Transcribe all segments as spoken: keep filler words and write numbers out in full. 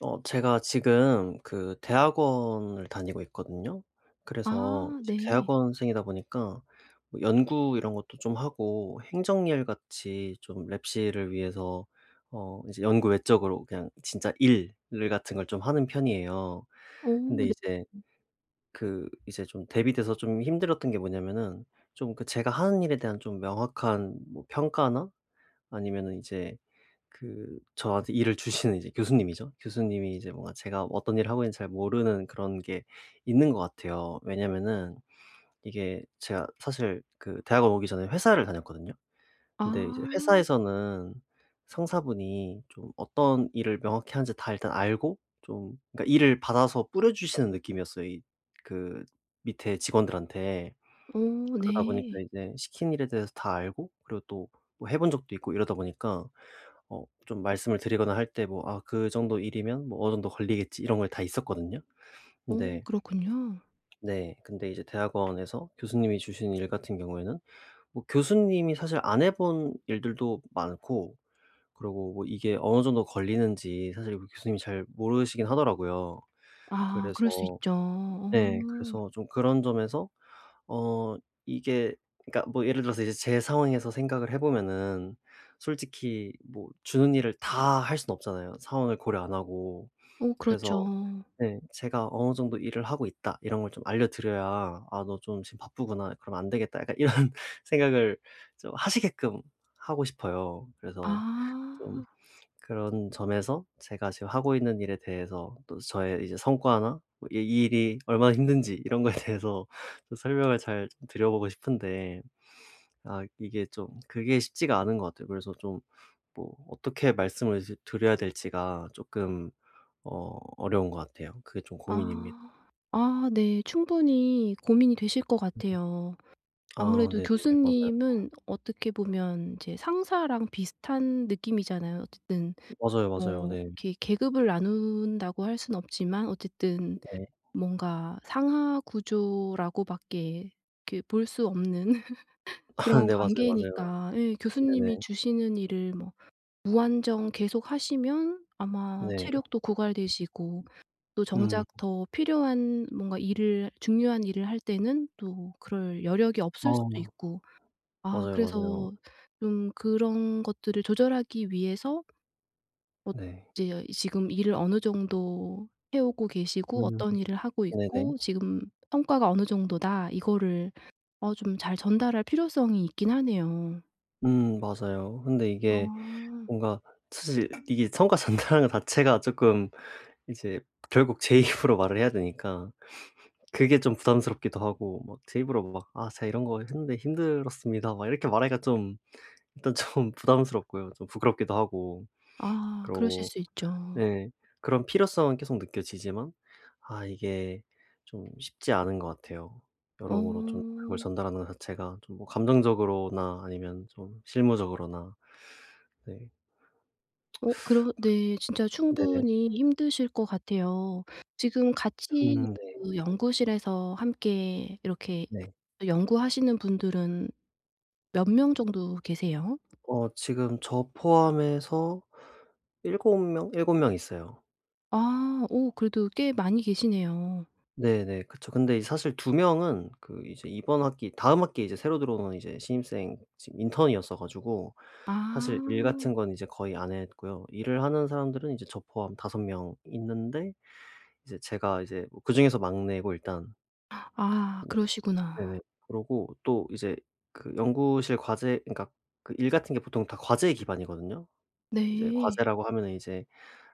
어 제가 지금 그 대학원을 다니고 있거든요. 그래서 아 이제 네. 대학원생이다 보니까 뭐 연구 이런 것도 좀 하고 행정일 같이 좀 랩실을 위해서 어 이제 연구 외적으로 그냥 진짜 일 같은 걸 좀 하는 편이에요. 오 근데 네. 이제 그 이제 좀 대비돼서 좀 힘들었던 게 뭐냐면은 좀 그 제가 하는 일에 대한 좀 명확한 뭐 평가나 아니면은 이제 그 저한테 일을 주시는 이제 교수님이죠. 교수님이 이제 뭔가 제가 어떤 일을 하고 있는지 잘 모르는 그런 게 있는 것 같아요. 왜냐면은 이게 제가 사실 그 대학원 오기 전에 회사를 다녔거든요. 근데 이제 아. 회사에서는 상사분이 좀 어떤 일을 명확히 하는지 다 일단 알고 좀 그러니까 일을 받아서 뿌려주시는 느낌이었어요. 이 그 밑에 직원들한테. 오 그러다 보니까 네. 이제 시킨 일에 대해서 다 알고 그리고 또 뭐 해본 적도 있고 이러다 보니까 어 좀 말씀을 드리거나 할 때 뭐 '아 그 정도 일이면 뭐 어느 정도 걸리겠지.' 이런 걸 다 있었거든요. 오 근데 그렇군요. 네 근데 이제 대학원에서 교수님이 주신 일 같은 경우에는 뭐 교수님이 사실 안 해본 일들도 많고 그리고 뭐 이게 어느 정도 걸리는지 사실 우리 교수님이 잘 모르시긴 하더라고요. 아 그럴 수 그래서 있죠. 어. 네 그래서 좀 그런 점에서 어 이게 그러니까 뭐 예를 들어서 이제 제 상황에서 생각을 해 보면은 솔직히 뭐 주는 일을 다 할 수는 없잖아요, 상황을 고려 안 하고. 오, 그렇죠. 그래서 네 제가 어느 정도 일을 하고 있다 이런 걸 좀 알려 드려야 '아 너 좀 지금 바쁘구나. 그럼 안 되겠다.' 약간 이런 생각을 좀 하시게끔 하고 싶어요. 그래서 좀 아. 그런 점에서 제가 지금 하고 있는 일에 대해서 또 저의 이제 성과나 뭐이이 일이 얼마나 힘든지 이런 거에 대해서 좀 설명을 잘 드려보고 싶은데 아 이게 좀 그게 쉽지가 않은 것 같아요. 그래서 좀 뭐 어떻게 말씀을 드 드려야 될지가 조금 어 어려운 것 같아요. 그게 좀 고민입니다. 아. 아 네. 충분히 고민이 되실 것 같아요. 아 아무래도 네네. 맞아요. 교수님은 어떻게 보면 이제 상사랑 비슷한 느낌이잖아요. 어쨌든 맞아요, 맞아요. 뭐 네. 이렇게 계급을 나눈다고 할 수는 없지만 어쨌든 네. 뭔가 상하 구조라고밖에 이렇게 볼 수 없는 그런 네 맞아요, 맞아요. 관계니까 예 네네. 교수님이 주시는 일을 뭐 무한정 계속 하시면 아마 네. 체력도 고갈되시고 또 음. 정작 더 필요한 뭔가 일을 중요한 일을 할 때는 또 그럴 여력이 없을 수도 어 있고 아 맞아요, 맞아요. 그래서 좀 그런 것들을 조절하기 위해서 어 네. 이제 지금 일을 어느 정도 해 오고 계시고 음 어떤 일을 하고 네네. 있고 지금 성과가 어느 정도다 이거를 어 좀 잘 전달할 필요성이 있긴 하네요. 음 맞아요. 근데 아. 이게 뭔가 사실 이게 성과 전달하는 것 자체가 조금 이제 결국 제 입으로 말을 해야 되니까 그게 좀 부담스럽기도 하고 막 제 입으로 막 "아 제가 이런 거 했는데 힘들었습니다." 막 이렇게 말하기가 좀 일단 좀 부담스럽고요. 좀 부끄럽기도 하고 아 그리 그러실 고 수 있죠. 네 그런 필요성은 계속 느껴지지만 아 이게 좀 쉽지 않은 것 같아요. 여러모로 좀 어. 그걸 전달하는 것 자체가 좀 뭐 감정적으로나 아니면 좀 실무적으로나 네. 어 그러 네 진짜 네네. 충분히 힘드실 것 같아요. 지금 음 같이 네. 그 연구실에서 함께 이렇게 네. 연구하시는 분들은 몇 명 정도 계세요? 어 지금 저 포함해서 일곱 명 일곱 명 있어요. 아 오 그래도 꽤 많이 계시네요. 네네. 그쵸. 근데 사실 두 명은 그 이제 이번 학기 다음 학기에 이제 새로 들어오는 이제 신입생 지금 인턴이었어 가지고 사실 일 아. 같은 건 이제 거의 안 했고요. 일을 하는 사람들은 이제 저 포함 다섯 명 있는데 이제 제가 이제 뭐 그중에서 막내고 일단 아 네 그러시구나. 네네. 그러고 또 이제 그 연구실 과제 그러니까 그 일 같은 게 보통 다 과제 기반이거든요. 이제 네. 과제라고 하면은 이제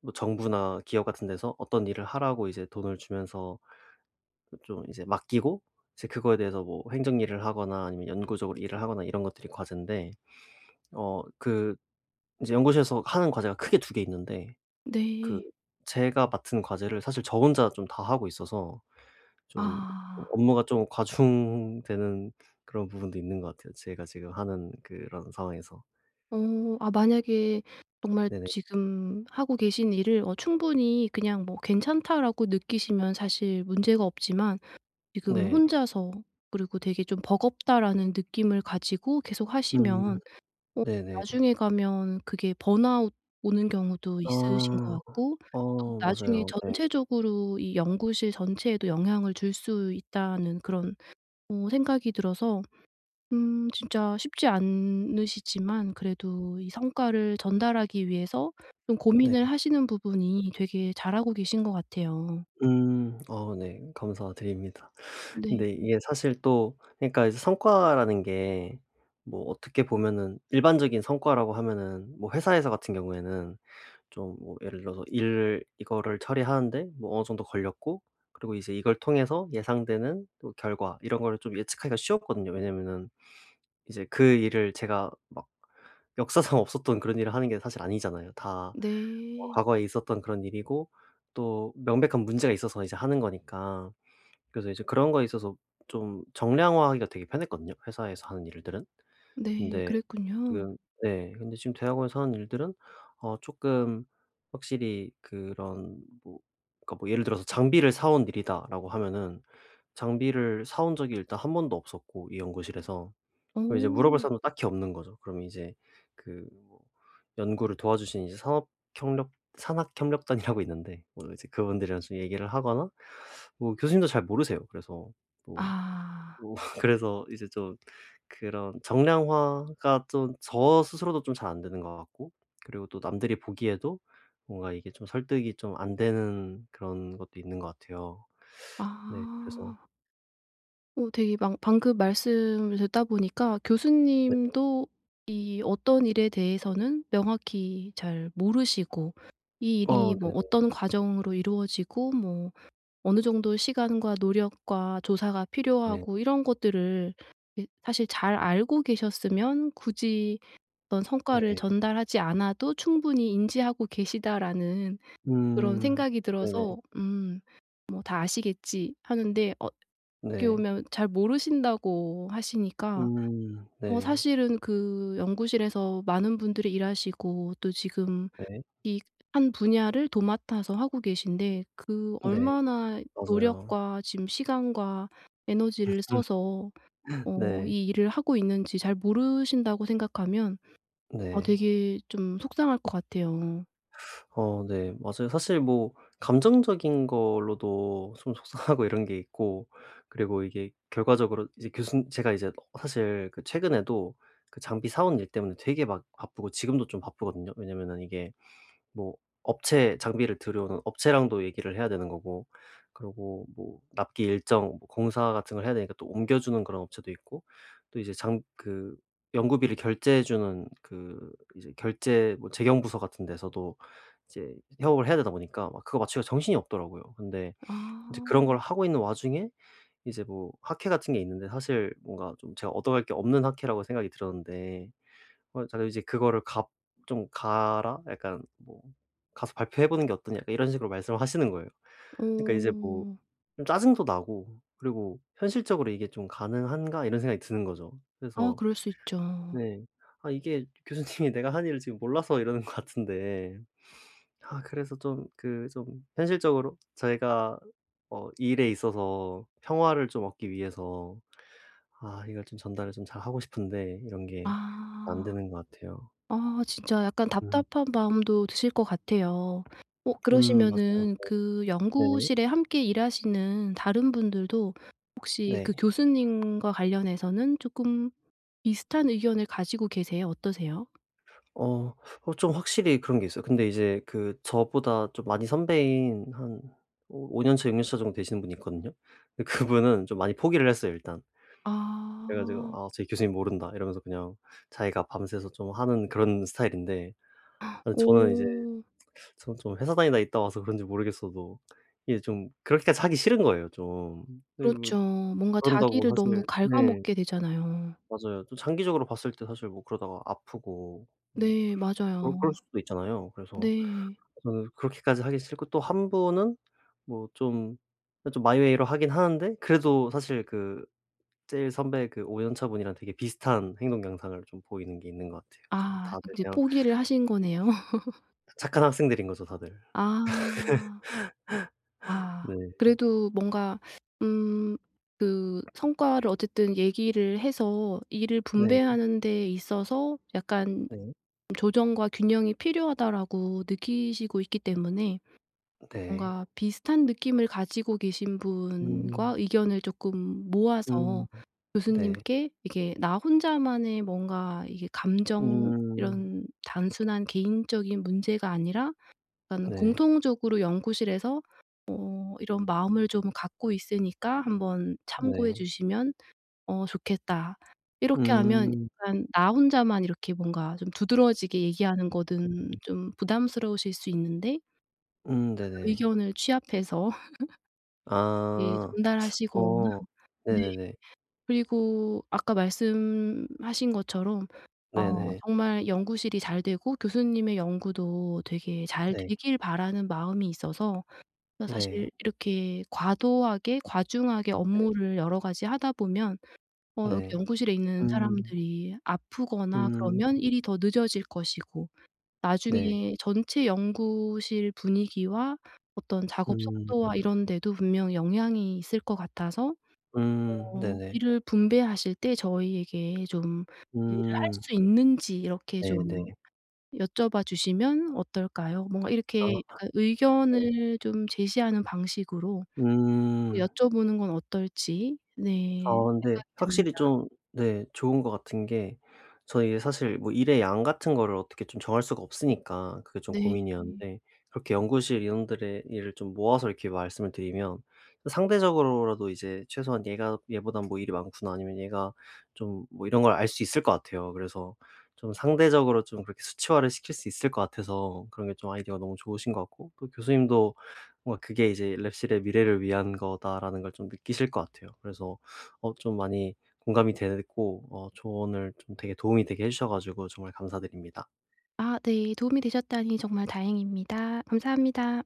뭐 정부나 기업 같은 데서 어떤 일을 하라고 이제 돈을 주면서 좀 이제 맡기고 이제 그거에 대해서 뭐 행정 일을 하거나 아니면 연구적으로 일을 하거나 이런 것들이 과제인데 어 그 이제 연구실에서 하는 과제가 크게 두 개 있는데 그 네. 제가 맡은 과제를 사실 저 혼자 좀 다 하고 있어서 좀 아. 업무가 좀 과중되는 그런 부분도 있는 것 같아요, 제가 지금 하는 그런 상황에서. 어 아 만약에 정말 네네. 지금 하고 계신 일을 어 충분히 그냥 뭐 '괜찮다.'라고 느끼시면 사실 문제가 없지만 지금 네. 혼자서 그리고 되게 좀 '버겁다.'라는 느낌을 가지고 계속 음 하시면 어 네네. 나중에 가면 그게 번아웃 오는 경우도 있으신 것 아. 같고 또 어 나중에 맞아요. 네. 전체적으로 이 연구실 전체에도 영향을 줄 수 있다는 그런 어 생각이 들어서 음 진짜 쉽지 않으시지만 그래도 이 성과를 전달하기 위해서 좀 네. 고민을 하시는 부분이 되게 잘하고 계신 것 같아요. 음. 어 네. 감사드립니다. 네. 근데 이게 사실 또 그러니까 이제 성과라는 게 뭐 어떻게 보면은 일반적인 성과라고 하면은 뭐 회사에서 같은 경우에는 좀 뭐 예를 들어서 일 이거를 처리하는데 뭐 어느 정도 걸렸고 그리고 이제 이걸 통해서 예상되는 또 결과 이런 거를 좀 예측하기가 쉬웠거든요. 왜냐면은 이제 그 일을 제가 막 역사상 없었던 그런 일을 하는 게 사실 아니잖아요. 다 뭐 네. 과거에 있었던 그런 일이고 또 명백한 문제가 있어서 이제 하는 거니까. 그래서 이제 그런 거에 있어서 좀 정량화하기가 되게 편했거든요, 회사에서 하는 일들은. 네. 근데 그랬군요. 지금 네 근데 지금 대학원에서 하는 일들은 어 쪼끔 확실히 그런 뭐 그러니까 뭐 예를 들어서 '장비를 사온 일이다.'라고 하면은 장비를 사온 적이 일단 한 번도 없었고 이 연구실에서. 그럼 이제 물어볼 오, 사람도 딱히 없는 거죠. 그러면 이제 그 뭐 연구를 도와주신 이제 산업 협력 산학 협력단이라고 있는데 뭐 이제 그분들이랑 좀 얘기를 하거나 뭐 교수님도 잘 모르세요. 그래서 뭐 아. 뭐 그래서 이제 좀 그런 정량화가 좀 저 스스로도 좀 잘 안 되는 것 같고 그리고 또 남들이 보기에도 뭔가 이게 좀 설득이 좀 안 되는 그런 것도 있는 것 같아요. 네. 그래서 아. 오, 되게 막 방금 말씀을 듣다 보니까 네. 교수님도 이 어떤 일에 대해서는 명확히 잘 모르시고 이 일이 뭐 어 어떤 과정으로 이루어지고 뭐 어느 정도 시간과 노력과 조사가 네네네. 필요하고 이런 것들을 이 사실 잘 알고 계셨으면 굳이 어떤 네. 성과를 네. 전달하지 않아도 충분히 인지하고 계시다라는 그런 음. 생각이 네네. 들어서 음 '뭐 다 아시겠지.' 하는데 어 어떻게 네. 보면 잘 모르신다고 하시니까 음. 어 네. 사실은 그 연구실에서 많은 분들이 일하시고 또 지금 네. 이 한 분야를 도맡아서 하고 계신데 그 네. 얼마나 맞아요. 노력과 지금 시간과 에너지를 음. 써서 어 네. 이 일을 하고 있는지 잘 모르신다고 생각하면 아 네. 되게 좀 속상할 것 같아요. 어 네. 맞아요. 사실 뭐 감정적인 걸로도 좀 속상하고 이런 게 있고 그리고 이게 결과적으로 이제 교수 제가 이제 사실 그 최근에도 그 장비 사온 일 때문에 되게 막 바쁘고 지금도 좀 바쁘거든요. 왜냐면은 이게 뭐 업체 장비를 들여오는 업체랑도 얘기를 해야 되는 거고 그리고 뭐 납기 일정 뭐 공사 같은 걸 해야 되니까 또 옮겨 주는 그런 업체도 있고 또 이제 장 그 연구비를 결제해 주는 그 이제 결제 뭐 재경부서 같은 데서도 이제 협업을 해야 되다 보니까 막 그거 맞추기가 정신이 없더라고요. 근데 이제 그런 걸 아. 하고 있는 와중에 이제 뭐 학회 같은 게 있는데 사실 뭔가 좀 제가 얻어갈 게 없는 학회라고 생각이 들었는데 어기가 이제 "그거를 가 좀 가라." 약간 뭐 "가서 발표해 보는 게 어떠냐." 약간 이런 식으로 말씀을 하시는 거예요. 그러니까 이제 뭐 어. 좀 짜증도 나고 그리고 '현실적으로 이게 좀 가능한가?' 이런 생각이 드는 거죠. 아 그래서 그럴 수 있죠. 네. 아 이게 교수님이 내가 한 일을 지금 몰라서 이러는 것 같은데 아 그래서 좀 그 좀 현실적으로 저희가 어 이 일에 있어서 평화를 좀 얻기 위해서 아 이걸 좀 전달을 좀 잘하고 싶은데 이런 게 안 아. 되는 것 같아요. 아 진짜 약간 음. 답답한 마음도 드실 것 같아요. 어 음 맞아요. 그러시면은 그 네네. 연구실에 함께 일하시는 다른 분들도 혹시 그 네. 교수님과 관련해서는 쪼끔 비슷한 의견을 가지고 계세요? 어떠세요? 어 어 좀 확실히 그런 게 있어요. 근데 이제 그 저보다 좀 많이 선배인 한 오 5 년 차, 육 년 차 정도 되시는 분이 있거든요. 근데 그분은 좀 많이 포기를 했어요 일단. 그래 가지고 아. "아 저희 교수님 모른다." 이러면서 그냥 자기가 밤새서 좀 하는 그런 스타일인데 아니 저는 이제 오. 저는 좀 회사 다니다 있다 와서 그런지 모르겠어도 이게 좀 그렇게까지 하기 싫은 거예요 좀. 근데 뭐 그렇죠. 뭔가 그런다고 자기를 사실 너무 네 갉아먹게 되잖아요. 맞아요. 또 장기적으로 봤을 때 사실 뭐 그러다가 아프고 뭐 네 그럴 그럴 맞아요. 수도 있잖아요. 그래서 네. 저는 그렇게까지 하기 싫고 또 한 분은 뭐 좀 좀 마이웨이로 하긴 하는데 그래도 사실 그 제일 선배 그 오 년차 분이랑 되게 비슷한 행동 양상을 좀 보이는 게 있는 것 같아요. 좀 아 다들 이제 그냥 포기를 하신 거네요. 착한 학생들인 거죠 다들. 아. 아. 네. 그래도 뭔가 음 그 성과를 어쨌든 얘기를 해서 일을 네. 분배하는 데 있어서 약간 네. '조정과 균형이 필요하다.'라고 느끼시고 있기 때문에 네. 뭔가 비슷한 느낌을 가지고 계신 음. 분과 의견을 조금 음. 모아서 네. 교수님께 이게 나 혼자만의 뭔가 이게 감정 음. 이런 단순한 개인적인 문제가 아니라 약간 네. 공통적으로 연구실에서 어 "이런 마음을 좀 갖고 있으니까 한번 참고해 네. 주시면 어 좋겠다." 이렇게 하면 음. 약간 나 혼자만 이렇게 뭔가 좀 두드러지게 얘기하는 거는 좀 부담스러우실 수 있는데 음 네네. 의견을 취합해서 이렇게 아. 전달하시거나 어. 네 네네네. 그리고 아까 말씀하신 것처럼 어 네네. 정말 연구실이 잘 되고 교수님의 연구도 되게 잘 네. 되길 바라는 마음이 있어서 그러니까 네. 사실 이렇게 과도하게 과중하게 네. 업무를 여러 가지 하다 보면 어 여기 네. 연구실에 있는 음. 사람들이 아프거나 음. 그러면 일이 더 늦어질 것이고 네. 나중에 전체 연구실 분위기와 어떤 작업 음. 속도와 이런 데도 분명 영향이 있을 것 같아서 음 어 네네. 일을 분배하실 때 저희에게 좀 일을 할 음 수 있는지 이렇게 좀 네네. 여쭤봐 주시면 어떨까요? 뭔가 이렇게 아 약간 네. 의견을 좀 제시하는 방식으로 어, 음. 여쭤보는 건 어떨지 아 네 근데 생각이 듭니다. 확실히 좀 네 좋은 것 같은 게 저는 이게 사실 뭐 일의 양 같은 거를 어떻게 좀 정할 수가 없으니까 그게 좀 네. 고민이었는데 그렇게 연구실 인원들의 일을 좀 모아서 이렇게 말씀을 드리면 상대적으로라도 이제 최소한 '얘가 얘보단 뭐 일이 많구나.' 아니면 '얘가 좀 뭐 이런 걸 알 수 있을 것 같아요.' 그래서 좀 상대적으로 좀 그렇게 수치화를 시킬 수 있을 것 같아서 그런 게 좀 아이디어가 너무 좋으신 것 같고 또 교수님도 뭔가 '그게 이제 랩실의 미래를 위한 거다.'라는 걸 좀 느끼실 것 같아요. 그래서 어 좀 많이 공감이 됐고 어 조언을 좀 되게 도움이 되게 해 주셔 가지고 정말 감사드립니다. 아 네. 도움이 되셨다니 정말 다행입니다. 감사합니다.